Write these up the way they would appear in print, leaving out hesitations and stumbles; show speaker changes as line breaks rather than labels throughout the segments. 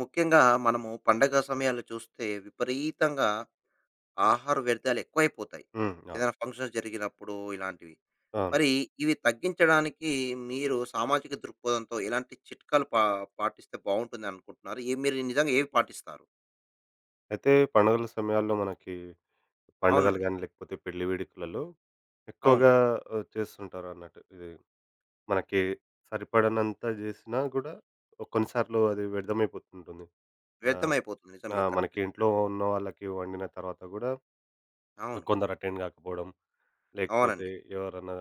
ముఖ్యంగా మనము పండగ సమయాల్లో చూస్తే విపరీతంగా ఆహార వ్యర్థాలు ఎక్కువైపోతాయి.
హ్మ్. అవును.
ఏదైనా ఫంక్షన్స్ జరిగినప్పుడు ఇలాంటివి.
అవును.
మరి ఇవి తగ్గించడానికి మీరు సామాజిక దృక్పథంతో ఎలాంటి చిట్కాలు పాటిస్తే బావుంటుందనుకుంటున్నారు? మీరు నిజంగా ఏవి పాటిస్తారు?
అయితే పండుగల సమయాల్లో మనకి పండుగలు
అవునండి.
గాని, లేకపోతే పెళ్లి వేడుకలలో
అవును.
ఎక్కువగా చేస్తుంటారన్నట్టు. ఇది మనకి సరిపడనంత జేసినా గూడా కొన్నిసార్లు అది వ్యర్థమైపోతుంటుంది. ఆహ్,
వ్యర్థమైపోతుంది. నిజం
ఆ!
మీరు కరెక్ట్.
మనకి ఇంట్లో ఉన్న వాళ్ళకి వండిన తర్వాత గూడా
అవును.
కొందరు అటెండ్ గాకపోవడం, లేకపోతే
అవునండి.
ఎవరన్నా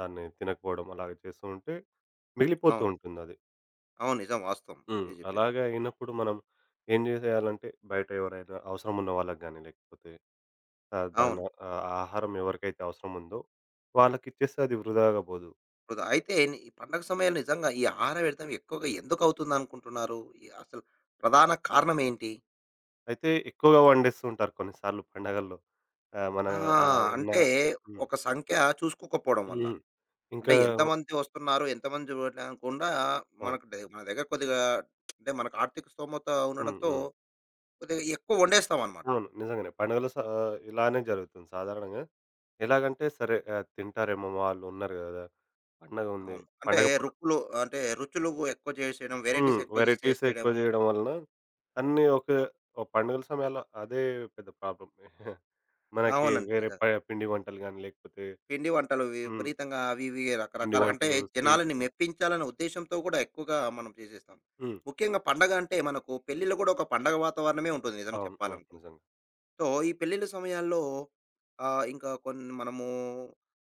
దాన్ని తినకపోవడం అలాగ చేస్తూ ఉంటే మిగిలిపోతూ
అవును.
ఉంటుందది.
అవును. నిజం వాస్తవం
హ్మ్.
మీరు జెప్పింది.
అలాగా అయినప్పుడు మనం ఏం జేసేయాలంటే బయట ఎవరైనా అవసరం ఉన్న వాళ్ళకి గాని లేకపోతే ఆహ్,
అవును.
దాన్న ఆహారం ఎవరికైతే అవసరం ఉందో వాళ్ళకిచ్చేస్తే అది వృధాగా బోదు.
వృధా. అయితే ఈ పండగ సమయాల్లో నిజంగా ఈ ఆహార వ్యర్థం ఎక్కువగా ఎందుకవుతుందనుకుంటున్నారు? ఈ అసలు ప్రధాన కారణమేంటి?
అయితే ఎక్కువగా వండేస్తూ ఉంటారు కొన్నిసార్లు పండగల్లో. ఆహ్, మన
ఆ!
ఆహ్, ఉన్న
అంటే
హ్మ్.
ఒక సంఖ్య చూసుకోకపోవడం వల్ల.
హ్మ్.
అంటే
ఇంకా
ఎంతమంది వస్తున్నారు, ఎంతమంది చూడకుండా
అవును.
మనకు మన దగ్గర కొద్దిగా అంటే మనకు ఆర్థిక స్తోమత
హ్మ్.
ఉండడంతో
హ్మ్.
కొద్దిగా ఎక్కువ వండేస్తామనమాట.
అవును. నిజంగానే. ఇలానే జరుగుతుంది సాధారణంగా. ఎలాగంటే సరే తింటారేమో వాళ్ళు ఉన్నారు గదా! పండగ ఉంది.
అవును. అంటే
పండగ పూట
రుక్కులు అంటే రుచులు ఎక్కువ చేసేయడం,
హ్మ్.
వెరైటీస్ ఎక్కువ
వెరైటీస్ ఎక్కువ
చేసేసేయడము.
జేయడం వలన అన్నీ ఒకే ఓహ్! పండుగల సమయాల్లో అదే పెద్ద ప్రాబ్లమ్. మనకి
అవునండి.
వేరే
నిజంగా.
ప పిండి వంటలు గాని, లేకపోతే
పిండి వంటలు
హ్మ్.
విపరీతంగా అవి ఇవి
పిండి
రకరకాల అంటే
వంటలు,
జనాలని
స్వీట్సు.
మెప్పించాలనే ఉద్దేశ్యంతో కూడా ఎక్కువగా మనం చేసేస్తాం.
హ్మ్.
ముఖ్యంగా పండగ అంటే మనకు పెళ్ళిలో కూడా ఒక పండగ వాతావరణమే ఉంటుంది నిజం
అవును. అవును.
చెప్పాలనుకుంటే.
నిజంగా.
సో, ఈ పెళ్ళిళ్ళ సమయాల్లో ఇంకా కొన్ని మనము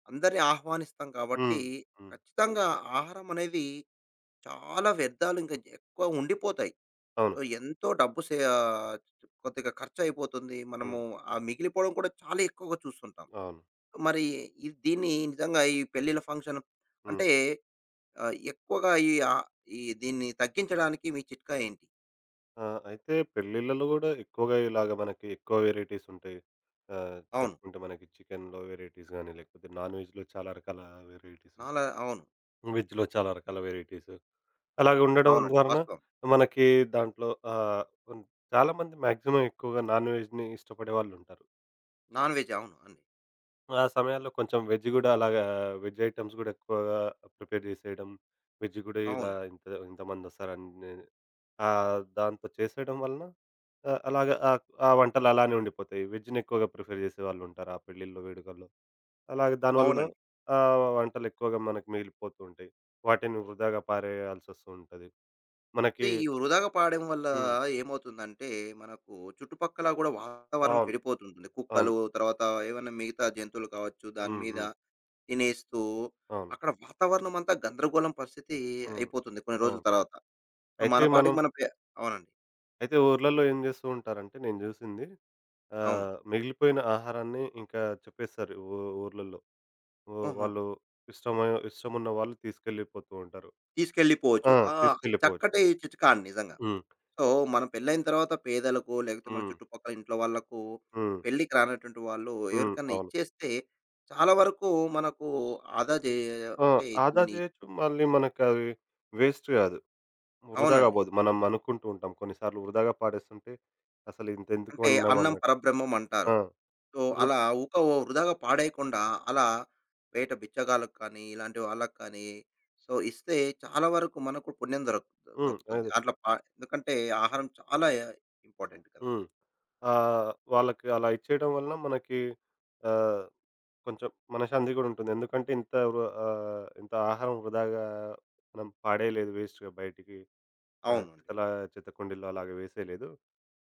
అందరిని ఆహ్వానిస్తాం కాబట్టి,
హ్మ్. హ్మ్.
ఖచ్చితంగా ఆహారం అనేది చాలా వ్యర్థాలు ఇంకా ఎక్కువ ఉండిపోతాయి.
అవును.
సో, ఎంతో కొద్దిగా ఖర్చయిపోతుంది.
హ్మ్.
మనము ఆ మిగిలిపోవడం కూడా చాలా ఎక్కువగా చూస్తుంటాం.
అవును.
మరి దీన్ని నిజంగా ఈ పెళ్ళిళ్ళ ఫంక్షన్
హ్మ్.
అంటే ఎక్కువగా ఈ ఆహ్, ఈ దీన్ని తగ్గించడానికి మీ చిట్కా ఏంటి?
ఆ! అయితే పెళ్ళిళ్ళలో గూడా ఎక్కువగా ఇలాగ మనకి ఎక్కువ వేరైటీస్ ఉంటాయి.
అవును.
చెప్పుకుంటే మనకి చికెన్‌లో వేరైటీస్ గాని, లేకపోతే నాన్ వెజ్‌లో చాలా రకాల వేరైటీస్.
నాలా అవును.
వెజ్‌లో చాలా రకాల వేరైటీస్. అలాగ ఉండడం
అవునండి.
ద్వారాన
వాస్తవం.
మనకి దాంట్లో ఆహ్, హ్మ్, చాలామంది మాక్సిమం ఎక్కువగా నాన్ వెజ్‌ని ఇష్టపడే వాళ్ళుంటారు.
నాన్ వెజ్ అవును అండి.
ఆ సమయాల్లో కొంచెం వెజ్ గూడా అలాగా వెజ్ ఐటెమ్స్ గూడా ఎక్కువగా ప్రిపేర్ జేసేయడం. వెజ్ గూడా ఇలా
అవును.
ఇంత ఇంతమందొస్తారని దాంతో చేసేయడం వలన ఆహ్, అలాగా ఆహ్, ఆ వంటలు అలానే ఉండిపోతాయి. వెజ్‌ని ఎక్కువగా ప్రిఫర్ జేసేవాళ్ళుంటారు ఆ పెళ్ళిల్లో, వేడుకల్లో. అలాగే దానివలన
అవునండి.
వంటలు ఎక్కువగా మనకు మిగిలిపోతూ ఉంటాయి. వాటిని వృధాగా పారేయాల్సొస్తూ ఉంటది.
సో
మనకి
ఈ వృధాగా పాడడం వల్ల
హ్మ్.
ఏమవుతుందంటే, మనకు చుట్టుపక్కల గూడా వాతావరణం
అవును.
చెడిపోతుంటుంది.
అవును.
కుక్కలు, తర్వాత ఏవన్నా మిగతా జంతువులు కావచ్చు, దాని
హ్మ్.
మీద
హ్మ్.
తినేస్తూ,
అవును.
అక్కడ వాతావరణం అంతా గందరగోళం పరిస్థితి
హ్మ్.
అయిపోతుంది కొన్ని రోజుల
అవును.
తర్వాత. సో, మన
అయితే మనం
పాటికి మన పే అవునండి.
అయితే ఊర్లలో ఏం జేస్తూ ఉంటారంటే నేను జూసింది
అవును.
మిగిలిపోయిన ఆహారాన్ని ఇంకా చెప్పేస్తారు ఊర్లలో. ఊ
హుహు.
వాళ్ళు ఇష్టమున్న వాళ్ళు తీసుకెళ్ళిపోతూ ఉంటారు.
తీసుకెళ్ళిపోవచ్చు.
ఆ!
ఆ!
తీసుకెళ్ళిపోవచ్చు.
చక్కటి చిట్కా అండి నిజంగా.
హ్మ్.
సో,
ఉ
మన పెళ్ళైన తర్వాత పేదలకు, లేకపోతే మన
హ్మ్.
చుట్టుపక్కల ఇంట్లో వాళ్ళకు,
హ్మ్.
పెళ్ళికి రానటువంటి వాళ్ళు
హ్మ్.
ఎవరికన్నా
అవును.
ఇచ్చేస్తే, చాలా వరకు మనకు ఆదా జే
ఆ!
అంటే
ఆదా
దీన్ని
చేయొచ్చు. మళ్ళీ మనకవి వేస్ట్ గాదు. వృధాగా
అవునండి.
పోదు. మనం అనుకుంటూ ఉంటాం. కొన్నిసార్లు వృధాగా పాడేస్తుంటే అసలు ఇంతెందుకు
అంటే
వండినాం
అన్నం
అన్నట్టు.
పరబ్రహ్మం అంటారు.
ఆ!
సో,
వృ
అలా ఊక ఓ వృధాగా పాడేయకుండా, అలా బయట బిచ్చగాళ్ళకి కానీ, ఇలాంటి వాళ్ళకి కానీ, సో, ఇస్తే చాలా వరకు మనకు పుణ్యం దొరక్
హ్మ్.
దొక్కుతుంది.
అదే.
అట్లా పా ఎందుకంటే ఆహారం చాలా ఇంపార్టెంట్ కదా!
హ్మ్. వాళ్ళకి అలా ఇచ్చేయడం వలన మనకి ఆహ్, కొంచెం మనశ్శాంతి గూడా ఉంటుంది. ఎందుకంటే ఇంత ఆహారం వృధాగా మనం పాడేయలేదు వేస్ట్‌గా బయటికి. ఆ!
అవునండి.
చెత్త కుండీల్లో అలాగ వేసేయలేదు.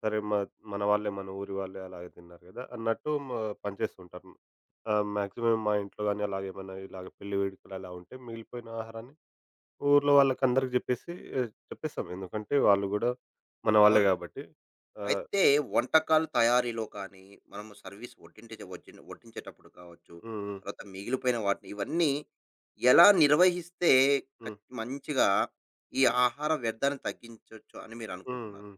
సరే మ మన వాళ్ళే మన ఊరి వాళ్ళే అలాగే తిన్నారు గదా! అన్నట్టు మ పంచేస్తుంటారు. మాక్సిమం మా ఇంట్లో గాని అలాగేమన్నా ఇలాగ పెళ్లి వేడుకలు అలా ఉంటే మిగిలిపోయిన ఆహారాన్ని ఊర్లో వాళ్ళకందరికి జెప్పేసి చెప్పేస్తాం. ఎందుకంటే వాళ్ళు గూడా మన వాళ్ళే
అవునండి.
గాబట్టి. ఆహ్,
అయితే వంటకాలు తయారీలో కానీ, మనము సర్వీస్ వడ్డింటిచే వడ్డిన్ వడ్డించేటప్పుడు కావచ్చు,
హ్మ్. హ్మ్.
తర్వాత మిగిలిపోయిన వాటిని ఇవన్నీ ఎలా నిర్వహిస్తే
హ్మ్.
మంచిగా ఈ ఆహార వ్యర్థాన్ని తగ్గించొచ్చు అని
హ్మ్.
మీరనుకుంటున్నారు?
హ్మ్.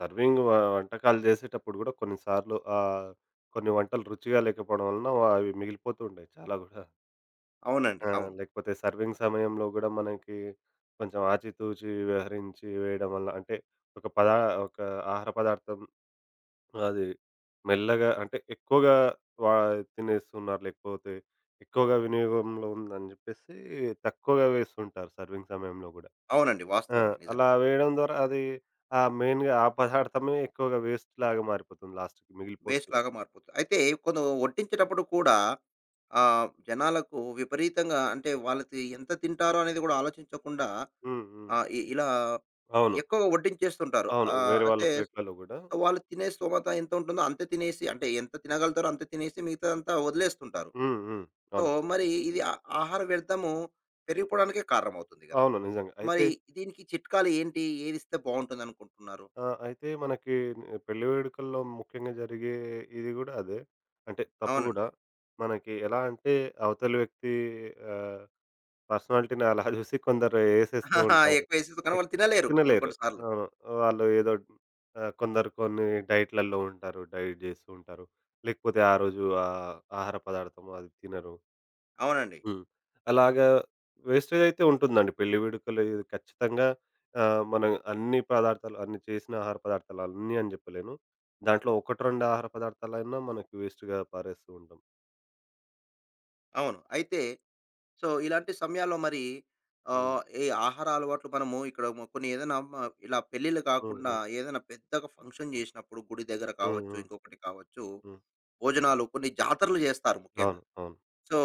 సర్వింగ్ వ వంటకాలు జేసేటప్పుడు గూడా కొన్నిసార్లు కొన్ని వంటలు రుచిగా లేకపోవడం వలన అవి మిగిలిపోతూ ఉంటాయి చాలా గూడా.
అవునండి.
ఆ!
అవును.
లేకపోతే సర్వింగ్ సమయంలో గూడా మనకి కొంచెం ఆచితూచి వ్యవహరించి వేయడం వల్ల అంటే ఒక పదా ఒక ఆహార పదార్థం అది మెల్లగా అంటే ఎక్కువగా వా తినేస్తున్నారు. లేకపోతే ఎక్కువగా వినియోగంలో ఉందని జెప్పేసి తక్కువగా వేస్తుంటారు సర్వింగ్ సమయంలో గూడా.
అవునండి.
ఆ!
వాస్తవమే. నిజమే.
అలా వేయడం ద్వారా అది ఆ మెయిన్‌గా ఆ పదార్థమే ఎక్కువగా వేస్ట్‌లాగా మారిపోతుంది లాస్ట్‌కి మిగిలిపోతుంది.
వేస్ట్‌లాగా మారిపోతుంది. అయితే కొందరు వడ్డించేటప్పుడు కూడా జనాలకు విపరీతంగా అంటే వాళ్ళకి ఎంత తింటారో అనేది కూడా ఆలోచించకుండా
హ్మ్. హ్మ్.
ఆహ్, ఇ ఇలా
అవును.
ఎక్కువగా వడ్డించేస్తుంటారు.
అవును. వేరే వాళ్ళ
అయితే
ప్లేట్‌లలో గూడా
వాళ్ళు తినే స్తోమత ఎంత ఉంటుందో అంతే తినేసి అంటే ఎంత తినగలుగుతారో అంతే తినేసి మిగతాదంతా వదిలేస్తుంటారు.
హ్మ్. హ్మ్.
సో,
అవును.
మరి ఇది ఆ ఆహార వ్యర్థము పెరిగిపోవడానికే కారణమవుతుంది గదా!
అవును. నిజంగా. అయితే
మరి దీనికి చిట్కాలు ఏంటి? ఏదిస్తే బావుంటుందనుకుంటున్నారు?
ఆ! అయితే మనకి పెళ్లి వేడుకల్లో ముఖ్యంగా జరిగే ఇది గూడా అదే. అంటే తప్పు
అవునండి.
గూడా. మనకి ఎలా అంటే అవతలి వ్యక్తి ఆహ్, పర్సనాలిటీని అలా జూసి కొందరు ఏసేస్తూ ఉంటారు.
ఎక్కువేసేస్తే కానీ
ఎక్
వాళ్ళు తినలేరు కొన్ని
తినలేరు.
కొన్ని సార్లు.
అవును. వాళ్ళు ఏదో కొందరు కొన్ని డైట్‌లలో ఉంటారు. డైట్ జేస్తూ ఉంటారు. లేకపోతే ఆ రోజు ఆహార పదార్థం అది తినరు.
అవునండి.
హ్మ్. అలాగా వేస్టేజ్ అయితే ఉంటుందండి. పెళ్లి వేడుకలు ఇది ఖచ్చితంగా మనం అన్ని పదార్థాలు అన్ని చేసిన ఆహార పదార్థాలు అన్నీ అని చెప్పలేను. దాంట్లో 1, 2 ఆహార పదార్థాలైనా మనకి వేస్ట్‌గా పారేస్తూ ఉంటాం.
అవును. అయితే సో, ఇలాంటి సమయాల్లో మరి
హ్మ్.
ఈ ఆహార అలవాట్లు మనము ఇక్కడ కొన్ని ఏదైనా ఇలా పెళ్ళిళ్ళు
హ్మ్.
కాకుండా
హ్మ్.
ఏదైనా పెద్దగా ఫంక్షన్ చేసినప్పుడు గుడి దగ్గర
హ్మ్.
కావచ్చు,
హ్మ్.
ఇంకొకటి కావచ్చు,
హ్మ్.
భోజనాలు కొన్ని జాతరలు చేస్తారు ముఖ్యంగా.
అవును. అవును.
సో,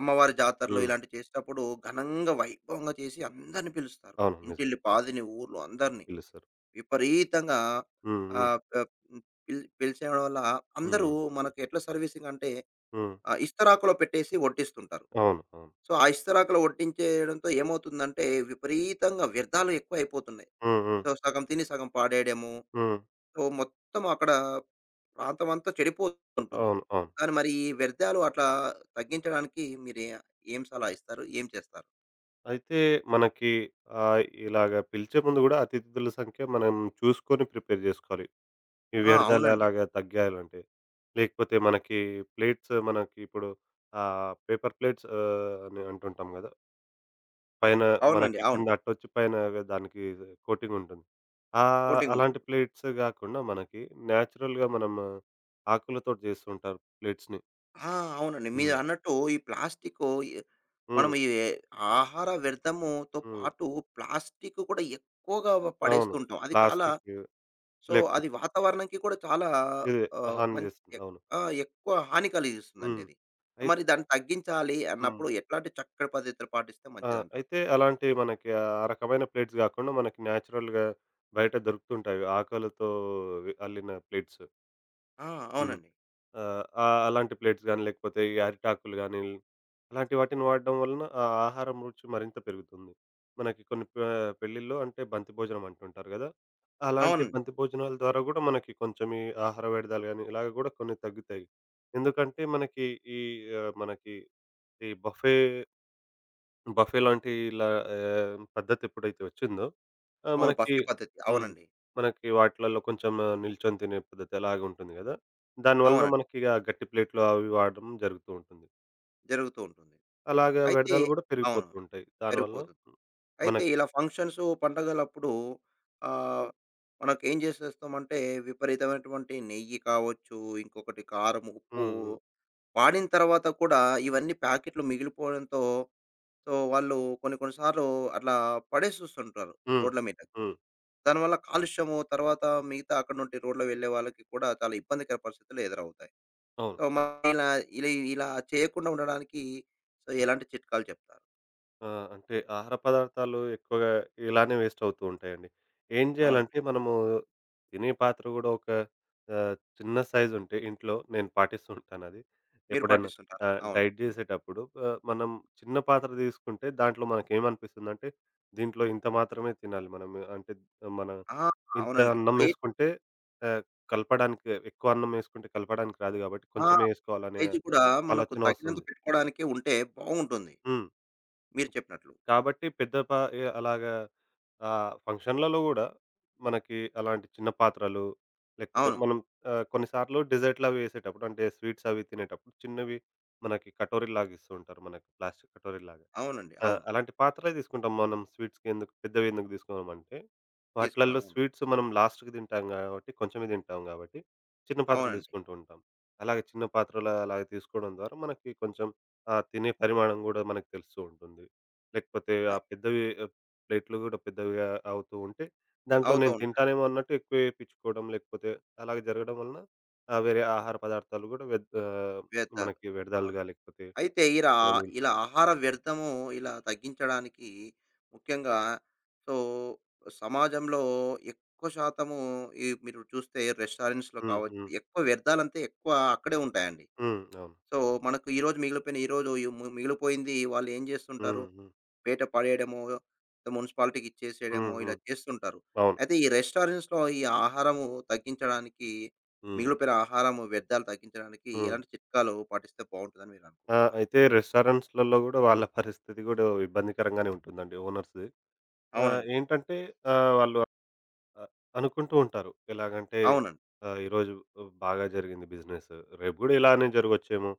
అమ్మవారి జాతరలు
హ్మ్.
ఇలాంటివి చేసేటప్పుడు ఘనంగా, వైభవంగా చేసి అందరిని పిలుస్తారు.
అవును. నిజం.
ఇంటిల్లి పాదిని, ఊర్లో అందరిని
పిలుస్తారు.
విపరీతంగా
హ్మ్. హ్మ్.
ఆహ్, ఆహ్, హ్మ్, పిల్ పిలిచేయడం వల్ల అందరూ
హ్మ్.
మనకు ఎట్లా సర్వీసింగ్ అంటే
హ్మ్.
ఇస్తరాకులో పెట్టేసి వడ్డిస్తుంటారు.
అవును. అవును.
సో, ఆ ఇస్తరాకులో వడ్డించేయడంతో ఏమవుతుందంటే, విపరీతంగా వ్యర్థాలు ఎక్కువైపోతున్నాయి.
హ్మ్. హ్మ్.
సో, సగం తిని సగం పాడేయడము.
హ్మ్.
సో, మొత్తం అక్కడ ప్రాంతమంతా చెడిపోతుంటుంది.
అవును. అవును.
కానీ మరి ఈ వ్యర్థాలు అట్లా తగ్గించడానికి మీరే ఏం సలహా ఇస్తారు? ఏం చేస్తారు?
అయితే మనకి ఇలాగ పిలిచే ముందు గూడా అతిథుల సంఖ్య మనం చూసుకొని ప్రిపేర్ జేసుకోవాలి. ఈ
ఆ!
వ్యర్థాలు
అవునండి.
అలాగా తగ్గాయాలంటే. లేకపోతే మనకి ప్లేట్స్ మనకి ఇప్పుడు పేపర్ ప్లేట్స్ అని అంటుంటాం గదా! పైన
అవునండి.
మనకి
అవును.
కింద అట్టొచ్చి పైన దానికి కోటింగ్ ఉంటుంది.
కోటింగ్
అలాంటి
ఉంటుంది.
ప్లేట్స్ గాకుండా మనకి నేచురల్‌గా మనం ఆకులతోటి జేస్తుంటారు ప్లేట్స్‌ని.
ఆ! అవునండి.
హ్మ్.
మీరన్నట్టు ఈ ప్లాస్టికు ఎ మనం
హ్మ్.
ఈ ఆహార వ్యర్థముతో
హ్మ్.
పాటు ప్లాస్టిక్ కూడా ఎక్కువగా
అవును.
పడేస్తుంటాం. అది చాలా
ప్లాస్టికు
సో, అది
లేకపోతే
వాతావరణంకి కూడా చాలా
ఇదే
ఆహ్,
హాని
మంచి
జేస్తుంది.
ఎక్
అవును.
ఆ! ఎక్కువ హాని కలిగిస్తుందండి
హ్మ్.
అది.
అయి
మరి దాన్ని తగ్గించాలి
హ్మ్.
అన్నప్పుడు ఎట్లాంటి చక్కటి పద్ధతులు పాటిస్తే
ఆ!
మంచిదంటారు?
అయితే అలాంటి మనకి ఆ రకమైన ప్లేట్స్ గాకుండా మనకి న్యాచురల్‌గా బయట దొరుకుతుంటాయి. ఆకలతో అల్లిన ప్లేట్స్.
ఆ!
హ్మ్.
అవునండి.
ఆహ్, ఆహ్, అలాంటి ప్లేట్స్ గాని, లేకపోతే ఈ అరిటాకులు గాని, అలాంటి వాటిని వాడడం వలన ఆ ఆహారం రుచి మరింత పెరుగుతుంది. మనకి కొన్ని పె పెళ్ళిల్లో అంటే బంతి భోజనం అంటుంటారు గదా! అలాంటి
అవునండి.
బంతి భోజనాల ద్వారా గూడా మనకి కొంచెం ఈ ఆహార విడతలు గాని, ఇలాగ గూడా కొన్ని తగ్గుతాయి. ఎందుకంటే మనకి ఈ మనకి ఈ బఫే బఫే లాంటి ఇలా పద్ధతి ఎప్పుడైతే వచ్చిందో ఆహ్,
అవును.
మనకి
బఫే పద్ధతి.
హ్మ్.
అవునండి.
మనకి వాటిలలో కొంచెం ఆ, నిల్చొని తినే పద్ధతి అలాగుంటుంది గదా! దానివలన
అవునండి.
మనకి ఆ గట్టి ప్లేట్లు అవి వాడడం జరుగుతూ ఉంటుంది.
జరుగుతూ ఉంటుంది.
అలాగా
అయితే
వ్యర్థాలు గూడా
అవును.
పెరిగిపోతూ ఉంటాయి. దానివలన
పెరిగిపోతుంది. అయితే
మనకి
ఇలా ఫంక్షన్సు, పండగలప్పుడు ఆహ్, మనకేం చేసేస్తామంటే విపరీతమైనటువంటి నెయ్యి కావచ్చు, ఇంకొకటి కారం, ఉప్పు
హ్మ్. హ్మ్.
వాడిన తర్వాత కూడా ఇవన్నీ ప్యాకెట్లు మిగిలిపోవడంతో సో, వాళ్ళు కొన్ని కొన్ని సార్లు అట్లా పడేసొస్తుంటారు
హ్మ్.
రోడ్ల మీదకు.
హ్మ్.
దానివల్ల కాలుష్యము, తర్వాత మిగతా అక్కడ నుండి రోడ్‌లో వెళ్ళే వాళ్ళకి కూడా చాలా ఇబ్బందికర పరిస్థితులు ఎదురవుతాయి.
అవును.
సో, మనం ఇలా ఇలా ఇలా చేయకుండా ఉండడానికి సో, ఎలాంటి చిట్కాలు చెప్తారు?
ఆ! అంటే ఆహార పదార్థాలు ఎక్కువగా ఇలానే వేస్ట్ అవుతూ ఉంటాయండి. ఏం
అవునండి.
చేయాలంటే మనము తినే పాత్ర కూడా ఒక చిన్న సైజ్ ఉంటే ఇంట్లో నేను పాటిస్తూ ఉంటానది.
మీరు
ఎప్పుడైనా
పాటిస్తుంటారా? అవును.
డైట్
హ్మ్.
చేసేటప్పుడు మనం చిన్న పాత్ర తీసుకుంటే దాంట్లో మనకేమనిపిస్తుందంటే దీంట్లో ఇంత మాత్రమే తినాలి మనం. అంటే మన
ఆ!
ఇంత
అవునండి.
అన్నం
ప్లేట్
వేసుకుంటే ఆహ్, కలపడానికి ఎక్కువ అన్నం వేసుకుంటే కలపడానికి రాదు కాబట్టి
ఆ!
కొంచెమే
ప్లేట్
వేసుకోవాలనే
సైజు కూడా మనకు
ఆలోచన
తగినంత
వస్తుంది.
పెట్టుకోవడానికే ఉంటే బావుంటుంది.
హ్మ్.
మీరు చెప్పినట్లు.
కాబట్టి పెద్ద పా ఎ అలాగా ఫంక్షన్‌లలో గూడా మనకి అలాంటి చిన్న పాత్రలు, లేకపోతే
అవును.
మనం కొన్నిసార్లు డెజర్ట్‌లవి ఎసేటప్పుడు అంటే స్వీట్స్ అవి తినేటప్పుడు చిన్నవి మనకి కటోరీలాగా ఇస్తూ ఉంటారు మనకి ప్లాస్టిక్ కటోరీలాగా.
అవునండి.
ఆ!
అవును.
అలాంటి పాత్రలే తీసుకుంటాం మనం స్వీట్స్‌కెందుకు పెద్దవెందుకు తీసుకున్నామంటే,
తీసుకో
వాటిలల్లో
అవును.
స్వీట్స్ మనం లాస్ట్‌కి తింటాం గాబట్టి, కొంచెమే తింటాం గాబట్టి, చిన్న పాత్రలు
అవునండి.
తీసుకుంటూ ఉంటాం. అలాగే చిన్న పాత్రలు అలాగ తీసుకోవడం ద్వారా మనకి కొంచెం తినే పరిమాణం గూడా మనకు తెలుస్తూ ఉంటుంది. లేకపోతే ఆ
అయ్
పెద్దవి ప్లేట్లు గూడా పెద్దవిగా అవుతూ ఉంటే, దాంట్లో
అవుతూ
నేను
ఉంటాయి
తింటానేమో అన్నట్టు ఎక్కువే ఏపిచ్చుకోవడం, లేకపోతే అలాగ జరగడం వలన వేరే ఆహార పదార్థాలు గూడా
వ్యర్థాలు.
మనకి
అవును.
వ్యర్థాలుగా లేకపోతే
అయితే ఇలా
అలా
ఇలా
మిగులుతుంటాయి.
ఆహార వ్యర్థము ఇలా తగ్గించడానికి ముఖ్యంగా సో సమాజంలో ఎక్కువ శాతము ఈ మీరు చూస్తే రెస్టారెంట్స్‌లో
హ్మ్.
కావచ్చు,
హ్మ్.
ఎక్కువ వ్యర్థాలంతా ఎక్కువ అక్కడే ఉంటాయండి.
హ్మ్. అవును.
సో, మనకు ఈరోజు ఈ మి మిగిలిపోయింది వాళ్ళు ఏం చేస్తుంటారు?
హ్మ్. హ్మ్.
బయట పడేయడమో, మున్సిపాలిటీకి ఇచ్చేసేయడమో
హ్మ్.
ఇలా
హ్మ్.
చేస్తుంటారు.
అవును.
అయితే ఈ రెస్టారెంట్స్‌లో ఈ ఆహారము తగ్గించడానికి
హ్మ్.
మిగిలిపోయిన ఆహారము వ్యర్థాలు తగ్గించడానికి
హ్మ్.
ఎలాంటి చిట్కాలు పాటిస్తే బావుంటుందని మీరు
ఆ!
అనుకుంటున్నారు?
అయితే రెస్టారెంట్స్‌లలో గూడా వాళ్ళ పరిస్థితి గూడా ఇబ్బందికరంగానే ఉంటుందండి ఓనర్స్‌ది.
అవునండి.
ఏంటంటే ఆహ్, వాళ్ళు అ అనుకుంటూ ఉంటారు. ఎలాగంటే
అవునండి.
ఈరోజు బాగా జరిగింది బిజినెస్. రేపు గూడా ఇలానే జరగొచ్చేమో!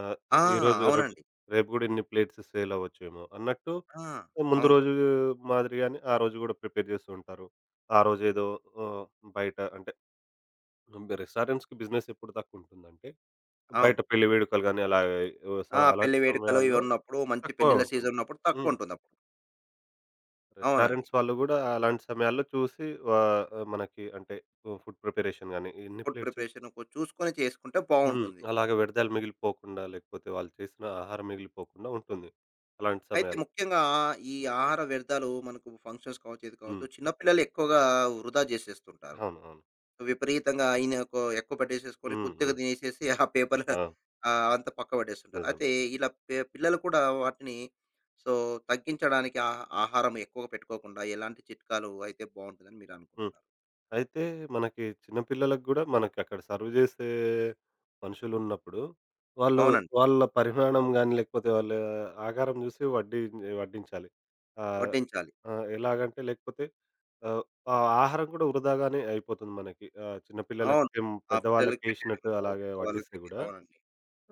ఆహ్,
ఆ!
ఈరోజు రేపు
అవునండి.
రేపు గూడా ఇన్ని ప్లేట్స్ సేల్ అవ్వచ్చేమో! అన్నట్టు
ఆ!
ముందు
అవును.
రోజు మాదిరిగానే ఆ రోజు గూడా ప్రిపేర్ చేస్తూ ఉంటారు. ఆ రోజేదో ఆహ్, బయట అంటే రెస్టారెంట్స్‌కి బిజినెస్ ఎప్పుడు తక్కువుంటుందంటే బయట
అవును.
పెళ్లి వేడుకలు గాని అలా ఆహ్, స
ఆ!
అలాంటి
పెళ్లి వేడుకలు ఇవి
సమయాల్లో
ఉన్నప్పుడు మంచి
తక్కువ
పెళ్ళిళ్ళ సీజన్
ఉంటుంది.
ఉన్నప్పుడు
హ్మ్.
తక్కువుంటుందప్పుడు. అవునండి.
రెస్టారెంట్స్ వాళ్ళు గూడా అలాంటి సమయాల్లో చూసి వా మనకి అంటే ఫుడ్ ప్రిపరేషన్ గాని ఎన్ని
ఫుడ్
ప్లేట్స్
ప్రిపరేషన్ చూసుకొని చేసుకుంటే
హ్మ్.
బావుంటుంది.
అలాగే వ్యర్థాలు మిగిలిపోకుండా లేకపోతే వాళ్ళు చేసిన ఆహారం మిగిలిపోకుండా ఉంటుంది. అలాంటి
అయితే
సమయాలు.
ముఖ్యంగా ఈ ఆహార వ్యర్థాలు మనకు ఫంక్షన్స్ కావచ్చు, ఏది కావచ్చు,
హ్మ్.
చిన్న పిల్లలు ఎక్కువగా వృధా జేసేస్తుంటారు.
అవును. అవును.
విపరీతంగా ఆయన ఒక ఎక్కువ పట్టేసేసుకొని
హ్మ్.
కొద్దిగా
హ్మ్.
తినేసేసి ఆ పేపర్
ఆ!
అంతా పక్క పడేస్తుంటారు.
నిజం.
అయితే ఇలా పిల్లలు కూడా వాటిని సో తగ్గించడానికి ఆహారం ఎక్కువగా పెట్టుకోకుండా ఎలాంటి చిట్కాలు అయితే బావుంటుందని మీరు
హ్మ్.
అనుకుంటున్నారు?
అయితే మనకి చిన్న పిల్లలకు గూడా మనకక్కడ సర్వ్ జేసే మనుషులున్నప్పుడు, వాళ్ళు
అవునండి.
వాళ్ళ పరిమాణం గాని, లేకపోతే వాళ్ళ ఆకారం జూసి వడ్డించాలి. ఆహ్,
వడ్డించాలి.
ఆహ్, ఎలాగంటే లేకపోతే ఆహ్, ఆ ఆహారం కూడా వృధాగానే అయిపోతుంది మనకి. చిన్న పిల్లలకి
అవును.
సేమ్
ఆ పిల్లలకి
పెద్దవాళ్ళకేసినట్టు
పెట్టేయడంతో
అలాగే వడ్డిస్తే
పెద్దవాళ్ళకి
గూడా
అవునండి.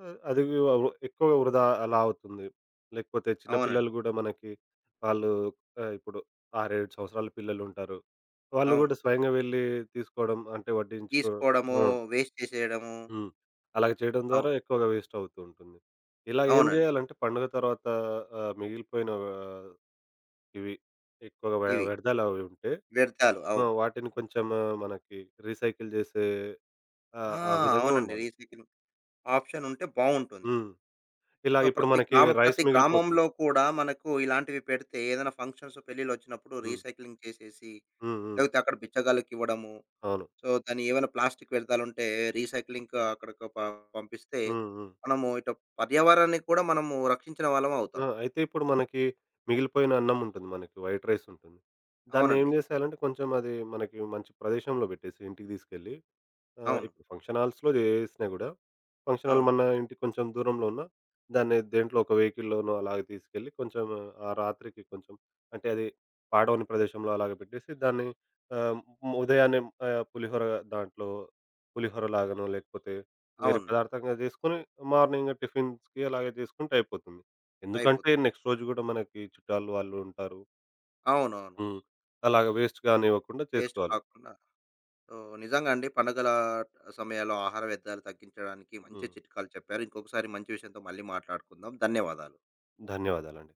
ఆహ్, అది అవ్ ఎక్కువగా వృధా అలా అవుతుంది. లేకపోతే చిన్న
అవునండి.
పిల్లలు గూడా మనకి వాళ్ళు ఇప్పుడు 6, 7 సంవత్సరాల పిల్లలుంటారు. వాళ్ళు
అవును.
గూడా స్వయంగా వెళ్లి తీసుకోవడం అంటే
తీసుకోవడము,
హ్మ్.
వేస్ట్ చేసేయడము.
హ్మ్. అలాగ చేయడం ద్వారా
అవును.
ఎక్కువగా వేస్ట్ అవుతూ ఉంటుంది. ఇలా ఏం
అవునండి.
జేయాలంటే పండుగ తర్వాత ఆహ్, మిగిలిపోయిన ఆహ్, ఇవి ఎక్కువగా
ఇవి
వ్యర్థాలు అవి ఉంటే
వ్యర్థాలు.
ఆ!
అవును.
వాటిని కొంచెం ఆ, మనకి రీసైకిల్ జేసే
ఆ!
ఆ విధంగా
అవునండి.
ఉండాలి.
రీసైకిల్ ఆప్షన్ ఉంటే బావుంటుంది.
హ్మ్. ఇలా
సో,
ఇప్పుడు మనకి రైస్
ప్రతి
మిగిలిపోతుంది.
గ్రామంలో కూడా మనకు ఇలాంటివి పెడితే ఏదైనా ఫంక్షన్స్, పెళ్ళిళ్ళొచ్చినప్పుడు
హ్మ్.
రీసైక్లింగ్ చేసేసి,
హ్మ్. హ్మ్.
లేకపోతే అక్కడ బిచ్చగాళ్ళకివ్వడము.
అవును.
సో, దాన్ని ఏవైనా ప్లాస్టిక్ వ్యర్థాలుంటే రీసైక్లింగ్‌కి అక్కడికి పంపిస్తే,
హ్మ్. హ్మ్.
మనము ఇటు పర్యావరణాన్ని కూడా మనము రక్షించిన వాళ్ళం అవుతాం.
ఆ! అయితే ఇప్పుడు మనకి మిగిలిపోయిన అన్నం ఉంటుంది మనకి వైట్ రైస్ ఉంటుంది. దాన్నేం
అవునండి.
జేసేయాలంటే కొంచెం అది మనకి మంచి ప్రదేశంలో బెట్టేసి ఇంటికి దీసుకెళ్ళి ఆ!
అవును.
ఇప్పుడు ఫంక్షన్ హాల్స్‌లో చేసినా గూడా, ఫంక్షన్ హాల్
అవును.
మన ఇంటికి కొంచెం దూరంలో ఉన్న, దాన్ని దేంట్లో ఒక వెహికల్‌లోనో అలాగ తీసుకెళ్ళి కొంచెం ఆ రాత్రికి కొంచెం అంటే అది పాడవని ప్రదేశంలో అలాగ పెట్టేసి దాన్ని ఆహ్, ఉదయాన్నే ఆహ్, పులిహోర దాంట్లో పులిహోర లాగానో లేకపోతే వేరే
అవునండి.
పదార్థంగా చేసుకొని మార్నింగ్ టిఫిన్స్‌కి అలాగే చేసుకుంటే అయిపోతుంది. ఎందుకంటే
అయిపోతుంది.
నెక్స్ట్ రోజు గూడా మనకి చుట్టాలు వాళ్ళు ఉంటారు.
అవునవును.
హ్మ్. అలాగ వేస్ట్ కానివ్వకుండా
వేస్ట్
చేసుకోవాలి.
కాకుండా సో, నిజంగా అండి పండగల సమయాల్లో ఆహార వ్యర్థాలు తగ్గించడానికి మంచి
హ్మ్.
చిట్కాలు చెప్పారు. ఇంకొకసారి మంచి విషయంతో మళ్ళీ మాట్లాడుకుందాం. ధన్యవాదాలు.
ధన్యవాదాలండి.